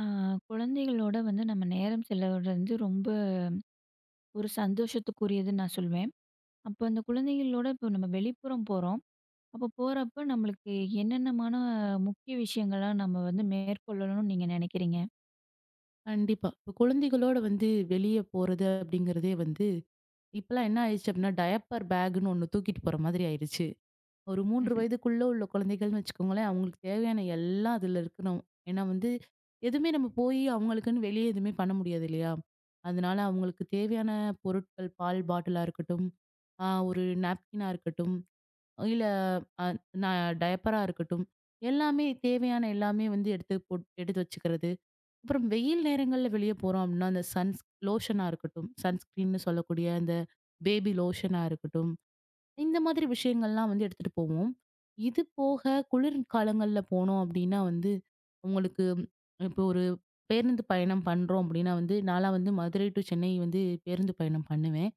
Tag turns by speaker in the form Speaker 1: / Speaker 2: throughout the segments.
Speaker 1: ஆ, குழந்தைகளோட வந்து நம்ம நேரம் செலவிடுறது வந்து ரொம்ப ஒரு சந்தோஷத்துக்குரியதுன்னு நான் சொல்வேன். அப்போ அந்த குழந்தைகளோட இப்போ நம்ம வெளிப்புறம் போறோம். அப்போ போறப்ப நம்மளுக்கு என்னென்னமான முக்கிய விஷயங்கள்லாம் நம்ம வந்து மேற்கொள்ளணும்னு நீங்க நினைக்கிறீங்க?
Speaker 2: கண்டிப்பா. இப்ப குழந்தைகளோட வந்து வெளிய போறது அப்படிங்கிறதே வந்து இப்பலாம் என்ன ஆயிடுச்சு அப்படின்னா, டயப்பர் பேக்ன்னு ஒண்ணு தூக்கிட்டு போற மாதிரி ஆயிடுச்சு. ஒரு 3 வயதுக்குள்ள உள்ள குழந்தைகள்னு வச்சுக்கோங்களேன், அவங்களுக்கு தேவையான எல்லாம் அதுல இருக்கணும். ஏன்னா வந்து எதுவுமே நம்ம போய் அவங்களுக்குன்னு வெளிய எதுவுமே பண்ண முடியாது இல்லையா? அதனால அவங்களுக்கு தேவையான பொருட்கள் பால் பாட்டிலா இருக்கட்டும், ஒரு நாப்கினா இருக்கட்டும், இல்ல அ ந டயப்பரா இருக்கட்டும், எல்லாமே தேவையான எல்லாமே வந்து எடுத்து வச்சுக்கிறது. அப்புறம் வெயில் நேரங்கள்ல வெளிய போறோம் அப்படின்னா, அந்த சன்ஸ் லோஷனா இருக்கட்டும், சன்ஸ்கிரீன்னு சொல்லக்கூடிய அந்த பேபி லோஷனா இருக்கட்டும், இந்த மாதிரி விஷயங்கள்லாம் வந்து எடுத்துட்டு போவோம். இது போக குளிர் காலங்கள்ல போனோம் அப்படின்னா வந்து, உங்களுக்கு இப்போ ஒரு பேருந்து பயணம் பண்றோம் அப்படின்னா வந்து, நான்லாம் வந்து மதுரை டு சென்னை வந்து பேருந்து பயணம் பண்ணுவேன்.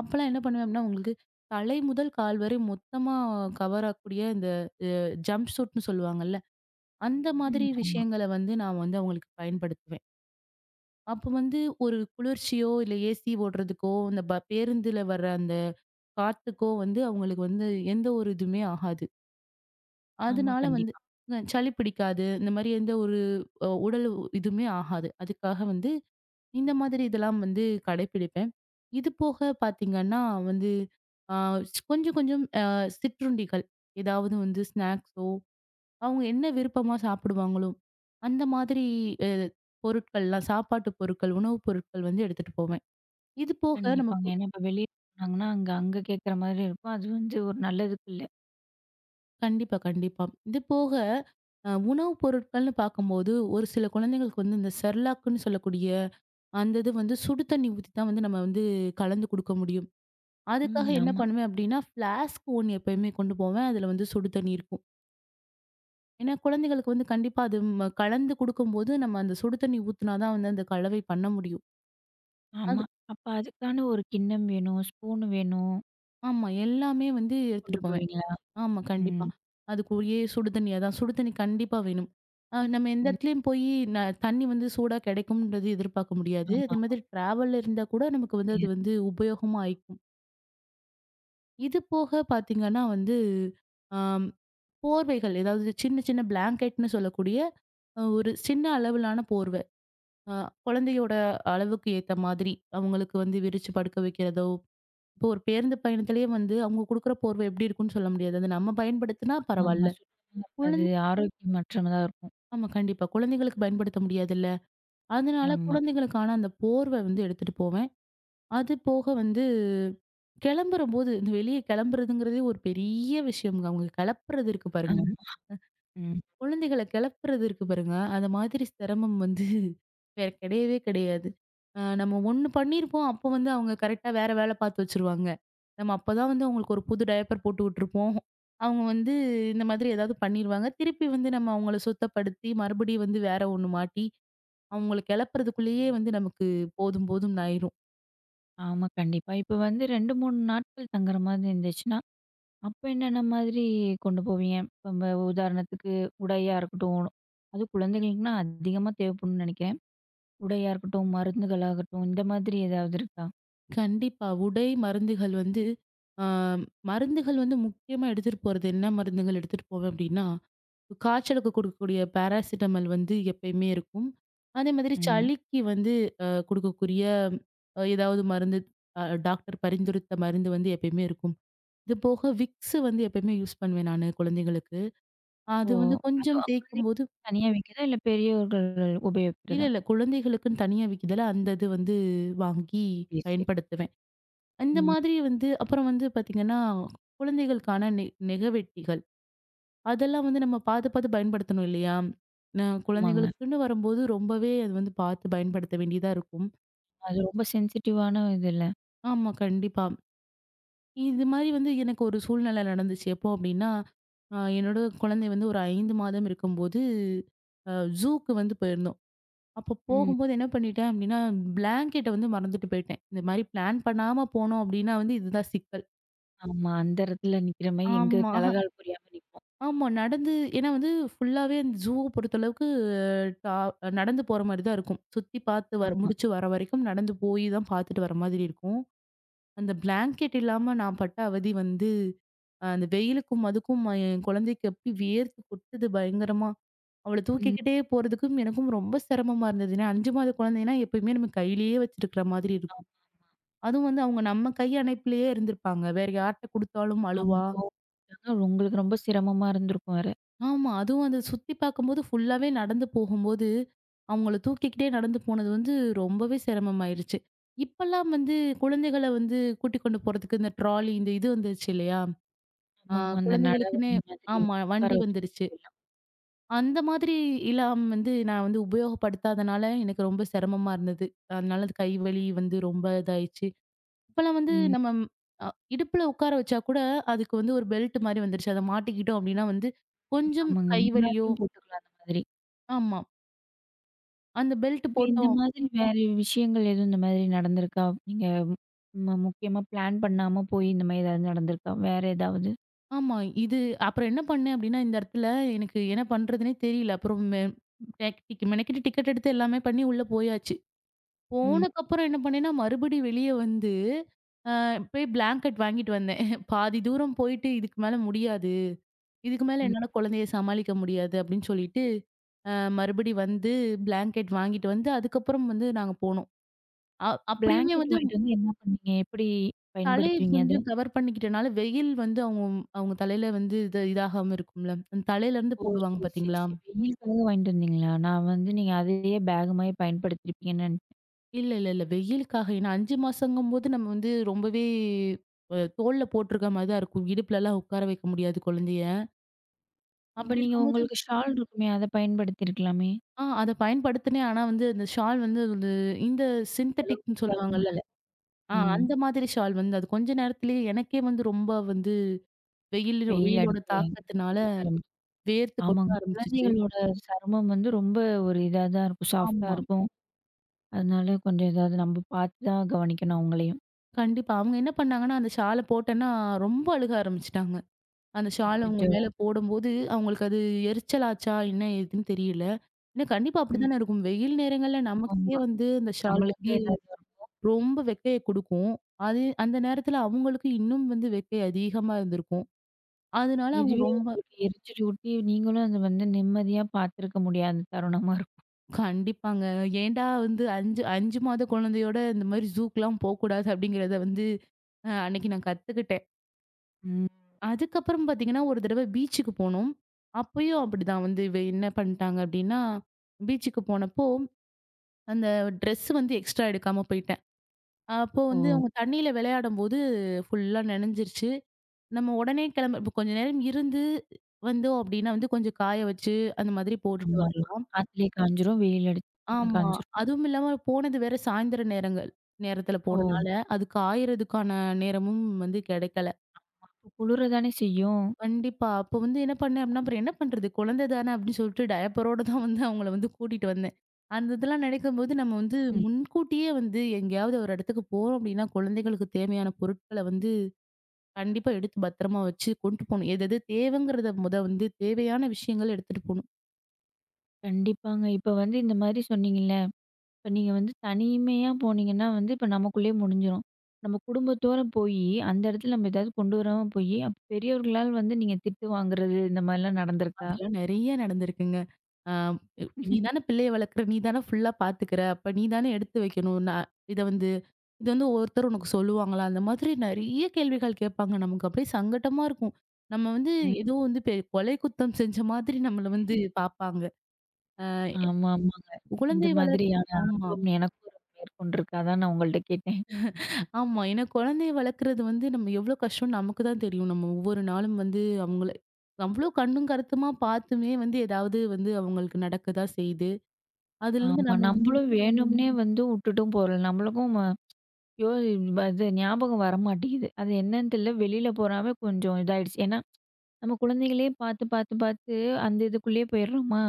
Speaker 2: அப்பலாம் என்ன பண்ணுவேன் அப்படின்னா, உங்களுக்கு தலை முதல் கால் வரை மொத்தமா கவர் ஆகக்கூடிய இந்த ஜம்ப் சூட்ன்னு சொல்லுவாங்கல்ல, அந்த
Speaker 1: ம்.
Speaker 2: மாதிரி
Speaker 1: ஆமா.
Speaker 2: விஷயங்கள வந்து நான் வந்து அவங்களுக்கு பயன்படுத்துவேன். அப்ப வந்து ஒரு குளிர்ச்சியோ, இல்ல ஏசி ஓடுறதுக்கோ, இந்த பேருந்துல வர அந்த காத்துக்கோ வந்து அவங்களுக்கு வந்து எந்த ஒரு இதுவுமே ஆகாது.
Speaker 1: ஆமா.
Speaker 2: அதனால வந்து
Speaker 1: கண்டிப்பா.
Speaker 2: சளி பிடிக்காது. இந்த மாரி எந்த ஒரு இதுவுமே ஆகாது. அதுக்காக வந்து இந்த மாதிரி இதெல்லாம் வந்து கடைப்பிடிப்பேன். இது போக பார்த்தீங்கன்னா வந்து, ஆ கொஞ்சம் கொஞ்சம் சிற்றுண்டிகள், ஏதாவது வந்து ஸ்நாக்ஸோ அவங்க என்ன விருப்பமா சாப்பிடுவாங்களோ, அந்த மாதிரி அ பொருட்கள்லாம் சாப்பாட்டு பொருட்கள், உணவுப் பொருட்கள் வந்து எடுத்துட்டு போவேன். இது போக நம்ம
Speaker 1: கண்டிப்பாங்க.
Speaker 2: பு
Speaker 1: ஏன்னா இப்ப வெளிய போனாங்கன்னா, அங்க அங்க கேட்குற மாதிரி இருக்கும். அது வந்து ஒரு நல்லதுக்கு இல்ல.
Speaker 2: கண்டிப்பா, கண்டிப்பா. இது போக உணவுப் பொருட்கள்னு பார்க்கும்போது, ஒரு சில குழந்தைங்களுக்கு வந்து இந்த செர்லாக்ன்னு சொல்லக்கூடிய அந்த இது வந்து சுடு தண்ணி ஊத்தி தான் வந்து நம்ம வந்து கலந்து குடுக்க முடியும். அதுக்காக
Speaker 1: ம்.
Speaker 2: என்ன
Speaker 1: ஆமா.
Speaker 2: பண்ணுவேன் அப்டின்னா, ஃப்ளாஸ்க் ஒண்ணு எப்பயுமே கொண்டு போவேன். அதுல வந்து சுடு தண்ணி இருக்கும். ஏன்னா, குழந்தைகளுக்கு வந்து கண்டிப்பா அது கலந்து குடுக்கும்போது, நம்ம அந்த சுடு தண்ணி ஊத்துனா தான் வந்து அந்த கலவை பண்ண முடியும்.
Speaker 1: ஆமா. அப்ப அதுக்கான ஒரு கிண்ணம் வேணும், ஸ்பூன் வேணும்.
Speaker 2: ஆமா. எல்லாமே வந்து
Speaker 1: கொண்டு
Speaker 2: எடுத்துட்டு போவேன்.
Speaker 1: போவீங்களா?
Speaker 2: ஆமா, கண்டிப்பா.
Speaker 1: ம்.
Speaker 2: அதுக்குரிய சுடு தண்ணியா தான் சுடு தண்ணி கண்டிப்பா வேணும். நம்ம எந்த
Speaker 1: ம்.
Speaker 2: இடத்துலயும் போயி ந தண்ணி வந்து சூடா கிடைக்கும்ன்றது எதிர்பார்க்க முடியாது.
Speaker 1: ஆமா,
Speaker 2: அதே
Speaker 1: ஆமா.
Speaker 2: மாதிரி டிராவல்ல இருந்தா கூட நமக்கு வந்து அது வந்து உபயோகமா ஆயிக்கும். இது போக பார்த்தீங்கன்னா வந்து, ஆம் போர்வைகள் ஏதாவது சின்ன சின்ன பிளாங்கெட்ன்னு சொல்லக்கூடிய ஒரு சின்ன அளவிலான போர்வை. அ குழந்தையோட அளவுக்கு ஏத்த மாதிரி, அவங்களுக்கு வந்து விரிச்சு படுக்க வைக்கிறதோ இப்போ ஒரு பேருந்து பயணத்திலேயே வந்து அவங்க குடுக்குற போர்வை எப்படி இருக்கும்னு சொல்ல முடியாது. அது நம்ம பயன்படுத்தினா
Speaker 1: ஆமா.
Speaker 2: பரவால்ல.
Speaker 1: சுத்தமா இருக்காது.
Speaker 2: குழந்தை
Speaker 1: ஆரோக்கியமற்றதா இருக்கும்.
Speaker 2: ஆமா கண்டிப்பா. குழந்தைகளுக்கு பயன்படுத்த முடியாதுல்ல. அதனால
Speaker 1: ஆமா,
Speaker 2: குழந்தைகளுக்கான அந்த போர்வை வந்து எடுத்துட்டு போவேன். அது போக வந்து கிளம்புறபோது இந்த வெளிய கிளம்புறதுங்கிறதே ஒரு பெரிய விஷயம்ங்க. அவங்க கிளப்புறது இருக்கு பாருங்க.
Speaker 1: ஆமா. ம்.
Speaker 2: குழந்தைகள கிளப்புறது இருக்கு பாருங்க, அந்த மாதிரி சிரமம் வந்து வேற கிடையவே கிடையாது. நம்ம ஒண்ணு பண்ணியிருப்போம், அப்போ வந்து அவங்க கரெக்ட்டா வேற வேல பார்த்து வச்சுருவாங்க. நம்ம அப்பதான் வந்து அவங்களுக்கு ஒரு புது டயப்பர் போட்டு விட்டுருப்போம். அவங்க வந்து இந்த மாதிரி ஏதாவது பண்ணிருவாங்க. திருப்பி வந்து நம்ம அவங்கள சுத்தப்படுத்தி, மறுபடியும் வந்து வேற ஒண்ணு மாட்டி, அவங்கள கிளப்புறதுக்குள்ளேயே வந்து நமக்கு போதும் போதும்ன்னு ஆயிரும்.
Speaker 1: ஆமா. கண்டிப்பா. இப்ப வந்து 2, 3 நாட்கள் தங்குற மாதிரி இருந்துச்சுன்னா, அப்ப என்னென்ன மாதிரி கொண்டு போவீங்க? இப்ப நம்ம உதாரணத்துக்கு உடையா இருக்கட்டும், அதுவும் குழந்தைகளுக்குன்னா அதிகமா தேவைப்படும்னு நெனைக்கிறேன். உடையா இருக்கட்டும், மருந்துகளாகட்டும், இந்த மாதிரி ஏதாவது இருக்கா?
Speaker 2: கண்டிப்பா. உடை, மருந்துகள் வந்து அ மருந்துகள் வந்து முக்கியமா எடுத்துட்டு போறது என்ன மருந்துகள் எடுத்துட்டு போவேன் அப்டின்னா, காய்ச்சலுக்கு குடுக்கக்கூடிய பேராசிட்டமல் வந்து எப்பயுமே இருக்கும். அதே மாதிரி
Speaker 1: ம்.
Speaker 2: சளிக்கு வந்து குடுக்கக்கூடிய ஏதாவது மருந்து டாக்டர் பரிந்துரைத்த மருந்து வந்து எப்பயுமே இருக்கும். இது போக விக்ஸ் வந்து எப்பயுமே யூஸ் பண்ணுவேன் நானு குழந்தைகளுக்கு.
Speaker 1: ஓ!
Speaker 2: அது வந்து கொஞ்சம்
Speaker 1: அதுவும் குழந்தைக்கு
Speaker 2: தேய்க்கும்போது
Speaker 1: தனியா வைக்கிறதா? இல்ல பெரியவர்கள்
Speaker 2: இல்ல,
Speaker 1: உபயோகிக்கிறதா?
Speaker 2: இல்ல. குழந்தைகளுக்குன்னு தனியா விக்குதுல, அந்த இது வந்து வாங்கி
Speaker 1: சரி, சரி.
Speaker 2: பயன்படுத்துவேன். இந்த
Speaker 1: ம்.
Speaker 2: மாதிரி வந்து அப்புறம் வந்து பார்த்தீங்கன்னா, குழந்தைகளுக்கான நெகவெட்டிகள். அதெல்லாம் வந்து நம்ம பார்த்து, பார்த்து பயன்படுத்தணும் இல்லையா?
Speaker 1: ஆமாங்க.
Speaker 2: குழந்தைகளுக்குன்னு வரும்போது ரொம்பவே அது வந்து பார்த்து பயன்படுத்த வேண்டியதா இருக்கும்.
Speaker 1: அது ரொம்ப சென்சிட்டிவான இதுல்ல.
Speaker 2: ஆமா, கண்டிப்பா. இது மாரி வந்து எனக்கு ஒரு சூழ்நிலை நடந்துச்சு. எப்போ அப்டின்னா, என்னோட குழந்தை வந்து ஒரு 5 மாதம் இருக்கும்போது, அ ஜூக்கு வந்து போயிருந்தோம். அப்போ
Speaker 1: ம்.
Speaker 2: போகும்போது என்ன பண்ணிட்டேன் அப்டின்னா, பிளாங்கெட்ட வந்து மறந்துட்டு போயிட்டேன். இந்த மாரி பிளான் பண்ணாம போனோம் அப்டின்னா வந்து இதுதான் சிக்கல்.
Speaker 1: ஆமா. அந்த இடத்துல நிக்கிற மாரி எங்க
Speaker 2: ஆமா.
Speaker 1: தலகால் புரியாம நிப்போம்.
Speaker 2: ஆமா. நடந்து ஏன்னா வந்து ஃபுல்லாவே அந்த ஜூவ பொறுத்தளவுக்கு டா நடந்து போற மாரி தான் இருக்கும். சுத்தி பார்த்து வர
Speaker 1: ஆமா.
Speaker 2: முடிச்சு வர வரைக்கும் நடந்து போய் தான் பார்த்துட்டு வர மாதிரி இருக்கும். அந்த பிளாங்கெட் இல்லாம நான் பட்ட அவதி வந்து, அந்த வெயிலுக்கும் அதுக்கும் என் குழந்தைக்கு அப்படி வேர்த்து கொட்டுது பயங்கரமா. அவள
Speaker 1: ம்.
Speaker 2: தூக்கிக்கிட்டே போறதுக்கும் எனக்கும் ரொம்ப சிரமமா இருந்தது. ஏன்னா 5 மாத குழந்தைன்னா எப்பயுமே நம்ம கையிலேயே வச்சிருக்கிற மாதிரி
Speaker 1: ஆ
Speaker 2: இருக்கும். அதுவும் வந்து அவங்க நம்ம கை அணைப்பிலேயே இருந்திருப்பாங்க. வேற யார்ட்ட குடுத்தாலும்
Speaker 1: ஆமா.
Speaker 2: அழுவா.
Speaker 1: கோவம் வந்துட்டாங்க. உங்களுக்கு ரொம்ப சிரமமா இருந்திருக்கும் வேற.
Speaker 2: ஆமா. அதுவும் அத சுத்தி பார்க்கும்போது ஃபுல்லாவே நடந்து போகும்போது, அவங்கள தூக்கிக்கிட்டே நடந்து போனது வந்து ரொம்பவே சிரமமாயிருச்சு. இப்பல்லாம் வந்து குழந்தைகள வந்து கூட்டிக் கொண்டு போறதுக்கு இந்த ட்ராலி இந்த இது வந்துருச்சு இல்லையா? ஆ
Speaker 1: ஆமாமா. அந்த
Speaker 2: குழந்தைகளுக்குன்னு
Speaker 1: நடவண்டி மாதிரி
Speaker 2: ஆமா
Speaker 1: உட்கார
Speaker 2: வண்டி
Speaker 1: வச்சு கூட்டிட்டு
Speaker 2: வந்துருச்சு.
Speaker 1: போயிடலாம்.
Speaker 2: அந்த மாதிரி இல்லாம் வந்து நான் வந்து உபயோகப்படுத்தாதனால எனக்கு ரொம்ப சிரமமா இருந்தது. அதனால அது கை வலி வந்து ரொம்ப இதாயிருச்சு. இப்பல்லாம் வந்து
Speaker 1: ம்.
Speaker 2: நம்ம அ இடுப்புல உட்கார வச்சா கூட அதுக்கு வந்து ஒரு பெல்ட் மாரி வந்துருச்சு. அத மாட்டிக்கிட்டோம் அப்டின்னா வந்து கொஞ்சம்
Speaker 1: ஆமாங்க.
Speaker 2: கை வலியோ
Speaker 1: முன்னாடியும் போட்டுக்கலாம் அந்த மாதிரி.
Speaker 2: ஆமா. அந்த பெல்ட்
Speaker 1: இப்ப இந்த
Speaker 2: போட்டோம்.
Speaker 1: மாதிரி வேற விஷயங்கள் எதுவும் இந்த மாதிரி நடந்திருக்கா? நீங்க முக்கியமா பிளான் பண்ணாம போய் இந்த மாரி ஏதாவது நடந்திருக்கா? வேற ஏதாவது?
Speaker 2: ஆமா. இது அப்புறம் என்ன பண்ணேன் அப்டின்னா, இந்த இடத்துல எனக்கு என்ன பண்றதுன்னே தெரியல. அப்புறம் மெ டெக் மெனக்கெட்டு டிக்கெட் எடுத்து எல்லாமே பண்ணி உள்ள போயாச்சு.
Speaker 1: ம்.
Speaker 2: போனக்கப்புறம் என்ன பண்ணேன்னா, மறுபடி வெளிய வந்து அ போய் பிளாங்கெட் வாங்கிட்டு வந்தேன். பாதி தூரம் போயிட்டு இதுக்கு மேல முடியாது. இதுக்கு மேல என்னால
Speaker 1: ம்.
Speaker 2: குழந்தைய சமாளிக்க முடியாது அப்டின்னு சொல்லிட்டு, அ மறுபடி வந்து பிளாங்கெட் வாங்கிட்டு வந்து அதுக்கப்புறம் வந்து நாங்க போனோம். அ அப்படியுமே
Speaker 1: பிளாங்கெட்
Speaker 2: வந்து
Speaker 1: வாங்கிட்டு வந்து என்ன பண்ணீங்க? எப்படி
Speaker 2: தலைய
Speaker 1: பயன்படுத்துவீங்க அத?
Speaker 2: கொஞ்சம் கவர் பண்ணிக்கிட்டனால, வெயில் வந்து அவங்க அவங்க தலையில வந்து இது இதாகாம இருக்கும்ல. அந்த தலையிலருந்து
Speaker 1: ஓ!
Speaker 2: போடுவாங்க
Speaker 1: சரி, சரி,
Speaker 2: பார்த்தீங்களா?
Speaker 1: சரி. வெயிலுக்காக வாங்கிட்டு வந்தீங்களா? நான் வந்து நீங்க அதையே பேக் மாரி பயன்படுத்தியிருப்பீங்கன்னு நெனச்சேன்.
Speaker 2: இல்ல, இல்ல, இல்ல. வெயிலுக்காக ஏன்னா 5 மாசங்கும்போது நம்ம வந்து ரொம்பவே தோள்ல போட்டிருக்க மாரி தான் இருக்கும். இடுப்புலலாம் உட்கார வைக்க முடியாது குழந்தைய.
Speaker 1: அப்ப
Speaker 2: அப்படி
Speaker 1: நீங்க
Speaker 2: இருக்கும்போது
Speaker 1: உங்களுக்கு ஷால் இருக்குமே, அத பயன்படுத்தியிருக்கலாமே!
Speaker 2: அத பயன்படுத்தினேன். ஆனா வந்து அந்த ஷால் வந்து ஒரு இந்த
Speaker 1: அந்த அளவுக்கு
Speaker 2: சிந்தெடிக்ன்னு
Speaker 1: இதா
Speaker 2: சொல்லுவாங்கல்ல.
Speaker 1: மூடல. ம்.
Speaker 2: அந்த மாதிரி ஷால் வந்து அது கொஞ்ச நேரத்திலேயே எனக்கே வந்து ரொம்ப வந்து
Speaker 1: வெயில்
Speaker 2: வெயிலோட
Speaker 1: அடிக்க
Speaker 2: தாக்கத்தினால
Speaker 1: எரிய ஆரம்பிச்சு.
Speaker 2: வேர்த்து கொட்ட
Speaker 1: ஆமாங்க.
Speaker 2: ஆரம்பிச்சுச்சு.
Speaker 1: குழந்தைகளோட சருமம் வந்து ரொம்ப ஒரு இதா தான் இருக்கும். சாஃப்ட்டா
Speaker 2: ஆமா.
Speaker 1: இருக்கும். அதனால கொஞ்சம் ஏதாவது நம்ம பார்த்து தான் கவனிக்கணும் அவங்களையும்.
Speaker 2: கண்டிப்பா. அவங்க என்ன பண்ணாங்கன்னா, அந்த ஷால போட்டேன்னா, ரொம்ப அழுக ஆரம்பிச்சுட்டாங்க. அந்த ஷால அவங்க
Speaker 1: அச்சச்சோ!
Speaker 2: மேல போடும்போது, அவங்களுக்கு அது எரிச்சலாச்சா, என்ன ஏதுன்னு தெரியல. ஏன்னா கண்டிப்பா
Speaker 1: ம்.
Speaker 2: அப்படித்தானே இருக்கும். வெயில் நேரங்கள்ல நமக்கே
Speaker 1: ஆமா.
Speaker 2: வந்து அந்த ஷால்
Speaker 1: நம்மளுக்கே
Speaker 2: வந்து
Speaker 1: ஏதாவது வரும்.
Speaker 2: ரொம்ப வெக்கைய குடுக்கும். அது அந்த நேரத்துல அவங்களுக்கு இன்னும் வந்து வெக்கை அதிகமா இருந்திருக்கும். அதனால அவங்க
Speaker 1: இதுவே
Speaker 2: ரொம்ப
Speaker 1: உங்களுக்கு எரிச்சல் ஊட்டி, நீங்களும் அத வந்து நிம்மதியா பார்த்துருக்க முடியாத தருணமா இருக்கும்.
Speaker 2: கண்டிப்பாங்க. ஏன்டா வந்து 5 மாத குழந்தையோட இந்த மாரி ஜூக்குலாம் போக்கூடாது அப்படிங்கிறத வந்து, அன்னைக்கு நான் கத்துக்கிட்டேன்.
Speaker 1: ம்.
Speaker 2: அதுக்கப்புறம் பார்த்தீங்கன்னா, ஒரு தடவ பீச்சுக்கு போனோம். அப்பயும் அப்படிதான் வந்து இவ என்ன பண்ணிட்டாங்க அப்படின்னா, பீச்சுக்கு போனப்போ அந்த ட்ரெஸ் வந்து எக்ஸ்ட்ரா எடுக்காம போயிட்டேன். அப்போ
Speaker 1: ஓ!
Speaker 2: வந்து அவங்க தண்ணீல விளையாடும்போது ஃபுல்லா நனைஞ்சிருச்சு. நம்ம உடனே கிளம்ப இப்போ கொஞ்ச நேரம் இருந்து வந்தோம் அப்படின்னா வந்து கொஞ்சம் காய வச்சு அந்த மாதிரி போட்டுட்டு
Speaker 1: ஆமாமா.
Speaker 2: வரலாம்.
Speaker 1: காத்துலயே காய்ஞ்சிரும். வெயில் அடிச்சா
Speaker 2: ஆமா.
Speaker 1: காய்ஞ்சிரும்.
Speaker 2: அதுவும் இல்லாம போனது வேற சாயந்தர நேரங்கள் நேரத்தில
Speaker 1: ஓ!
Speaker 2: போனனால, அது காயறதுக்கான நேரமும் வந்து கிடைக்கல.
Speaker 1: அப்ப குளிர தானே செய்யும்.
Speaker 2: கண்டிப்பா. அப்போ வந்து என்ன பண்ணேன் அப்படின்னா, அப்புறம் என்ன பண்றது? குழந்தை தானே அப்படின்னு சொல்லிட்டு டயப்பரோட தான் வந்து அவங்கள வந்து கூட்டிட்டு வந்தேன். அந்த இதெல்லாம் நினைக்கும்போது நம்ம வந்து
Speaker 1: ம்.
Speaker 2: முன்கூட்டியே வந்து எங்கேயாவது ஒரு இடத்துக்கு போறோம் அப்படின்னா, குழந்தைகளுக்கு தேவையான பொருட்கள வந்து கண்டிப்பா எடுத்து பத்திரமா வச்சு கொண்டு போணும். எது எது தேவைங்கிறத முத வந்து தேவையான விஷயங்கள் எடுத்துட்டு போணும்.
Speaker 1: கண்டிப்பாங்க. இப்ப வந்து இந்த மாரி சொன்னீங்கல்ல, இப்ப நீங்க வந்து தனிமையா போனீங்கன்னா வந்து, இப்ப நமக்குள்ளயே முடிஞ்சிரும். நம்ம குடும்பத்தோட போயி, அந்த இடத்துல நம்ம ஏதாவது கொண்டு வராம போயி, அப்ப பெரியவர்களால் வந்து நீங்க திட்டு வாங்குறது, இந்த மாரிலாம் நடந்திருக்கா?
Speaker 2: அதெல்லாம் நெறைய நடந்திருக்குங்க. அ நீ தானே பிள்ளைய வளர்க்குற, நீ தானே ஃபுல்லா பாத்துக்கிற, அப்ப நீ தானே எடுத்து வைக்கணும். நான் இத வந்து இது வந்து ஒருத்தர் உனக்கு சொல்லுவாங்களா? அந்த மாதிரி நெறைய கேள்விகள் கேட்பாங்க. நமக்கு அப்படியே சங்கட்டமா இருக்கும். நம்ம வந்து
Speaker 1: ம்.
Speaker 2: ஏதோ வந்து கொலை குத்தம் செஞ்ச மாதிரி நம்மள வந்து பாப்பாங்க. அ
Speaker 1: ஆமா, ஆமாங்க. இந்த
Speaker 2: குழந்தை வளர்
Speaker 1: மாதிரியான
Speaker 2: ஆமா,
Speaker 1: அனுபவம் எனக்கும் மேற்கொண்டிருக்கு. அதான் நான் உங்கள்ட்ட கேட்டேன்.
Speaker 2: ஆமா. ஏன்னா குழந்தைய வளர்க்குறது வந்து நம்ம எவ்வளோ கஷ்டம்னு நமக்கு தான் தெரியும். நம்ம ஒவ்வொரு நாளும் வந்து அவங்கள அவ்ளோ கண்ணும் கருத்துமா பாத்துமே வந்து ஏதாவது வந்து அவங்களுக்கு நடக்க தான் செய்யுது. அதுலேருந்து
Speaker 1: ஆமா.
Speaker 2: நம்ம வந்து
Speaker 1: நம்மளும் வேணும்னே வந்து உட்டுட்டும் போறோம். நம்மளுக்கும் யோ! அது ஞாபகம் வரமாட்டேங்குது. அது என்னன்னு தெரியல. வெளியில போறாவே கொஞ்சம் இதாயிடுச்சு. ஏன்னா, நம்ம குழந்தைகளே பார்த்து, பார்த்து, பார்த்து அந்த இதுக்குள்ளேயே போயிடுறோமா?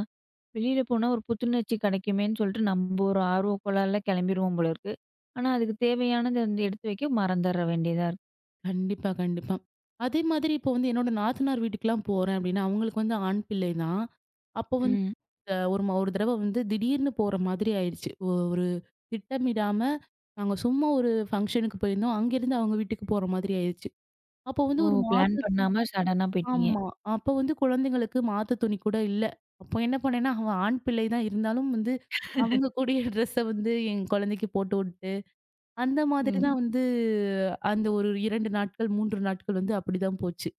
Speaker 1: வெளியில போனா ஒரு புத்துணர்ச்சி கிடைக்குமேன்னு சொல்லிட்டு நம்ம ஒரு ஆர்வ கோளாறுல கிளம்பிருவோம் போல இருக்கு. ஆனா, அதுக்கு தேவையானத வந்து எடுத்து வைக்க மறந்துற வேண்டியதா இருக்கு.
Speaker 2: கண்டிப்பா, கண்டிப்பா. அதே மாதிரி இப்போ வந்து என்னோட நாத்தனார் வீட்டுக்குலாம் போறேன் அப்டின்னா, அவங்களுக்கு வந்து ஆண் பிள்ளை தான். அப்போ வந்து
Speaker 1: ம்.
Speaker 2: அ ஒரு ம ஒரு தடவ வந்து திடீர்னு போற மாதிரி ஆயிருச்சு. ஒ ஒரு திட்டமிடாம நாங்க சும்மா ஒரு ஃபங்ஷனுக்கு போயிருந்தோம். அங்கேருந்து அவங்க வீட்டுக்கு போற மாதிரி ஆயிருச்சு. அப்போ
Speaker 1: ஓ!
Speaker 2: வந்து ஒரு
Speaker 1: பிளான்
Speaker 2: மாத்து
Speaker 1: பண்ணாம சடனா போயிட்டீங்க.
Speaker 2: ஆமா. அப்போ வந்து குழந்தைங்களுக்கு மாத்து துணி கூட இல்ல. அப்போ என்ன பண்ணேன்னா, அவ ஆண் பிள்ளை தான் இருந்தாலும் வந்து அவங்க கூடயே ட்ரெஸ்ஸ வந்து என் குழந்தைக்கு போட்டு விட்டு அந்த மாதிரி
Speaker 1: ம்.
Speaker 2: தான் வந்து அந்த ஒரு 2 நாட்கள், 3 நாட்கள் வந்து அப்படிதான் போச்சு.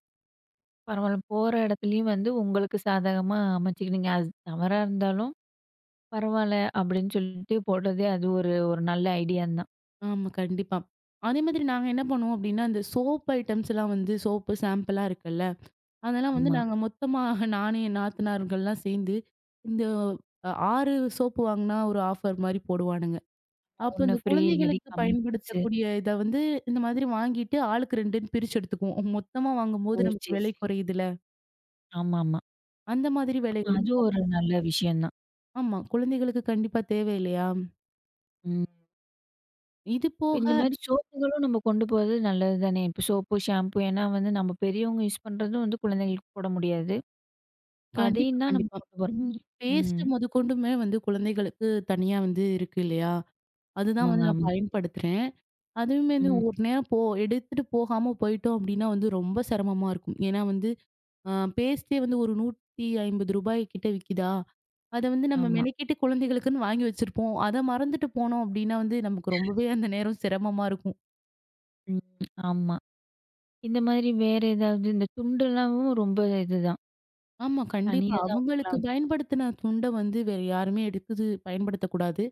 Speaker 1: பரவாயில்ல. போற இடத்துலயும் வந்து உங்களுக்கு சாதகமா அமைச்சுக்கினீங்க. அது தவறா இருந்தாலும் பரவாயில்ல அப்படின்னு சொல்லிட்டு போடுறதே அது ஒரு ஒரு நல்ல ஐடியான்னு தான்.
Speaker 2: ஆமா, கண்டிப்பா. அதே மாதிரி நாங்க என்ன பண்ணுவோம் அப்படின்னா, அந்த சோப் ஐட்டம்ஸ் எல்லாம் வந்து சோப்பு சாம்பிளா இருக்குல்ல, அதெல்லாம் வந்து
Speaker 1: ஆமா.
Speaker 2: நாங்க மொத்தமா நானு, என் நாத்தனார்கள்லாம் சேர்ந்து இந்த 6 சோப்பு வாங்குனா ஒரு ஆஃபர் மாரி போடுவானுங்க. அப்ப
Speaker 1: ஒண்ணு
Speaker 2: இந்த
Speaker 1: ஃப்ரீ இல்லாட்டி
Speaker 2: குழந்தைகளுக்கு
Speaker 1: கம்மி காசு.
Speaker 2: பயன்படுத்தக்கூடிய இத வந்து இந்த மாதிரி வாங்கிட்டு ஆளுக்கு 2ன்னு பிரிச்சு எடுத்துக்குவோம். மொத்தமா
Speaker 1: ஓ!
Speaker 2: வாங்கும்போது
Speaker 1: சரி,
Speaker 2: நமக்கு விலை
Speaker 1: சரி.
Speaker 2: குறையுதுல,
Speaker 1: ஆமாமா.
Speaker 2: அந்த மாதிரி
Speaker 1: ஆமா,
Speaker 2: வேலைகளும்
Speaker 1: அதுவும்
Speaker 2: பாப்
Speaker 1: ஒரு நல்ல விஷயம் தான்.
Speaker 2: ஆமா, குழந்தைகளுக்கு கண்டிப்பா தேவை இல்லையா?
Speaker 1: ம்.
Speaker 2: இது
Speaker 1: இந்த
Speaker 2: போக
Speaker 1: மாரி சோப்புகளும் நம்ம கொண்டு போறது நல்லது தானே! இப்போ சோப்பு, ஷாம்பு ஏன்னா வந்து நம்ம பெரியவங்க யூஸ் பண்றதும் வந்து குழந்தைகளுக்கு போட முடியாது. இப்ப
Speaker 2: கண்டிப்பா,
Speaker 1: அதையும் தான் நம்ம
Speaker 2: கண்டிப்பா.
Speaker 1: கொண்டு போற மாரி.
Speaker 2: பேஸ்ட்
Speaker 1: ம்.
Speaker 2: முதற்கொண்டுமே வந்து குழந்தைகளுக்கு தனியா வந்து இருக்கு இல்லையா? அதுதான்
Speaker 1: ஆமாங்க,
Speaker 2: வந்து நான்
Speaker 1: ஆமாங்க.
Speaker 2: பயன்படுத்துறேன். அதுவுமே வந்து
Speaker 1: ம்.
Speaker 2: ஒரு நேரம் எடுத்துட்டு போகாம போயிட்டோம் அப்டின்னா வந்து ரொம்ப சிரமமா இருக்கும். ஏன்னா வந்து பேஸ்ட்டே வந்து ஒரு ரூ. 150 கிட்ட விக்கிதா? அத வந்து நம்ம
Speaker 1: ஆமா.
Speaker 2: மெனக்கெட்டு குழந்தைகளுக்குன்னு வாங்கி வச்சிருப்போம். அத மறந்துட்டு போனோம் அப்டின்னா வந்து நமக்கு ரொம்பவே அந்த நேரம் சிரமமா இருக்கும்.
Speaker 1: ம். ஆமா. இந்த மாதிரி வேற ஏதாவது இந்த துண்டுலாவும் ரொம்ப இதுதான்.
Speaker 2: ஆமா, கண்டிப்பா.
Speaker 1: தனியா தான் அவங்களுக்குலாம்
Speaker 2: அவங்களுக்கு
Speaker 1: வைக்கணும்.
Speaker 2: பயன்படுத்தின துண்ட வந்து வேற யாருமே எடுத்து பயன்படுத்தக்கூடாது.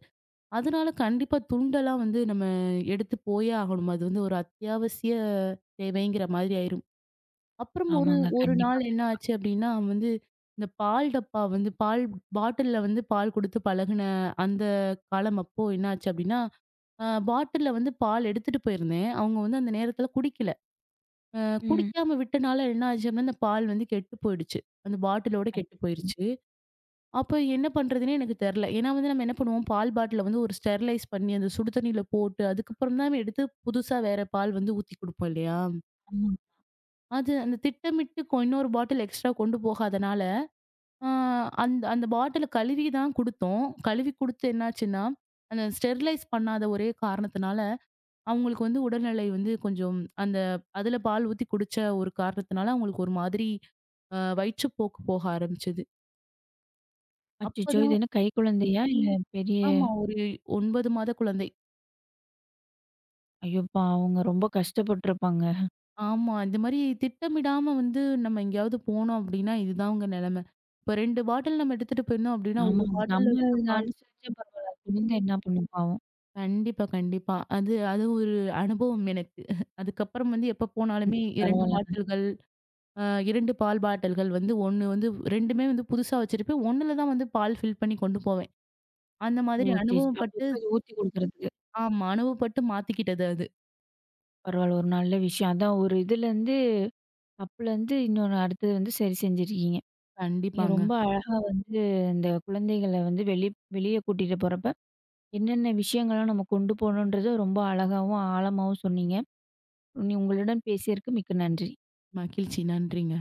Speaker 2: அதனால கண்டிப்பா துண்டெல்லாம் வந்து நம்ம எடுத்து போயே ஆகணும். அது வந்து ஒரு அத்தியாவசிய தேவைங்கிற மாதிரி ஆயிரும். அப்புறம் ஒரு
Speaker 1: ஆமாங்க.
Speaker 2: ஒரு
Speaker 1: கண்டிப்பா,
Speaker 2: நாள் என்ன
Speaker 1: கண்டிப்பா.
Speaker 2: ஆச்சு அப்படின்னா, வந்து இந்த பால் பாட்டில்ல வந்து பால் குடுத்து பழகுன அந்த காலம் அப்போ என்ன ஆச்சு அப்படின்னா, பாட்டில்ல வந்து பால் எடுத்துட்டு போயிருந்தேன். அவங்க வந்து அந்த நேரத்துல குடிக்கல. அ
Speaker 1: ம்.
Speaker 2: குடிக்காம விட்டனால என்ன ஆச்சு அப்படின்னா, அந்த பால் வந்து கெட்டு போயிடுச்சு. அந்த பாட்டிலோட கெட்டு
Speaker 1: அச்சச்சோ!
Speaker 2: போயிருச்சு. அப்ப என்ன பண்றதுன்னே எனக்கு தெரியல. ஏன்னா வந்து நம்ம என்ன பண்ணுவோம், பால் பாட்டில வந்து ஒரு ஸ்டெர்லைஸ் பண்ணி, அந்த சுடு தண்ணீல போட்டு, அதுக்கப்புறம் தான் எடுத்து புதுசா வேற பால் வந்து ஊத்தி குடுப்போம் இல்லையா?
Speaker 1: ஆமா.
Speaker 2: அது அந்த திட்டமிட்டு கொ இன்னொரு பாட்டில் எக்ஸ்ட்ரா கொண்டு போகாதனால, ஆ அந்த அந்த பாட்டில கழுவி தான் குடுத்தோம். கழுவி குடுத்து என்னாச்சுன்னா, அந்த ஸ்டெர்லைஸ் பண்ணாத ஒரே காரணத்தினால, அவங்களுக்கு வந்து உடல்நிலை வந்து கொஞ்சம் அந்த அதில பால் ஊத்தி குடிச்ச ஒரு காரணத்தினால, அவங்களுக்கு ஒரு மாதிரி வயிற்றுப்போக்கு போக ஆரம்பிச்சது.
Speaker 1: அச்சச்சோ! இது
Speaker 2: அப்பதான்
Speaker 1: என்ன கை குழந்தையா? இல்ல பெரிய
Speaker 2: ஆமா ஒரு 9 மாத குழந்தை.
Speaker 1: ஐயோ! பாவங்க. ரொம்ப கஷ்டப்பட்டுருப்பாங்க.
Speaker 2: ஆமா. இந்த மாரி திட்டமிடாம வந்து நம்ம எங்கேயாவது போனோம் அப்டின்னா, இதுதாங்க நெலம. இப்ப 2 பாட்டில் நம்ம எடுத்துட்டு போயிருந்தோம் அப்டின்னா,
Speaker 1: ஆமா.
Speaker 2: 1
Speaker 1: அது
Speaker 2: பாட்டில்ல இருக்க
Speaker 1: நம்ம
Speaker 2: பால்
Speaker 1: அனுசரிச்சா பரவால்ல. குழந்த என்ன பண்ணும் பாவம்.
Speaker 2: கண்டிப்பா, கண்டிப்பா. அது அது ஒரு அனுபவம் எனக்கு. அதுக்கப்புறம் வந்து எப்ப போனாலுமே
Speaker 1: ம்.
Speaker 2: 2
Speaker 1: பரவால்லங்க.
Speaker 2: பாட்டில்கள், அ 2 பால் பாட்டில்கள் வந்து 1 வந்து 2மே வந்து புதுசா வச்சிருப்பேன். 1ல தான் வந்து பால் ஃபில் பண்ணி கொண்டு போவேன். அந்த
Speaker 1: ஓ!
Speaker 2: மாதிரி
Speaker 1: சரி, சரி.
Speaker 2: அனுபவப்பட்டு
Speaker 1: அப்பப்ப இது ஊத்தி குடுக்குறதுக்கு.
Speaker 2: ஆமா. அனுபவப்பட்டு மாத்திக்கிட்டது அது.
Speaker 1: பரவால்ல. ஒரு நல்ல விஷயம். அதான் ஒரு இதுலேருந்து தப்புலேருந்து இன்னொன்னு அடுத்தது வந்து சரி செஞ்சிருக்கீங்க. நீங்க
Speaker 2: கண்டிப்பாங்க.
Speaker 1: ரொம்ப அழகா வந்து இந்த குழந்தைகள வந்து வெளிய கூட்டிட்டு போறப்ப, என்னென்ன விஷயங்கள்லாம் நம்ம கொண்டு போணுன்றத ரொம்ப அழகாவும், ஆழமாவும் சொன்னீங்க. நீ உங்களுடன் பேசியதற்கு மிக்க நன்றி.
Speaker 2: மகிழ்ச்சி. நன்றிங்க.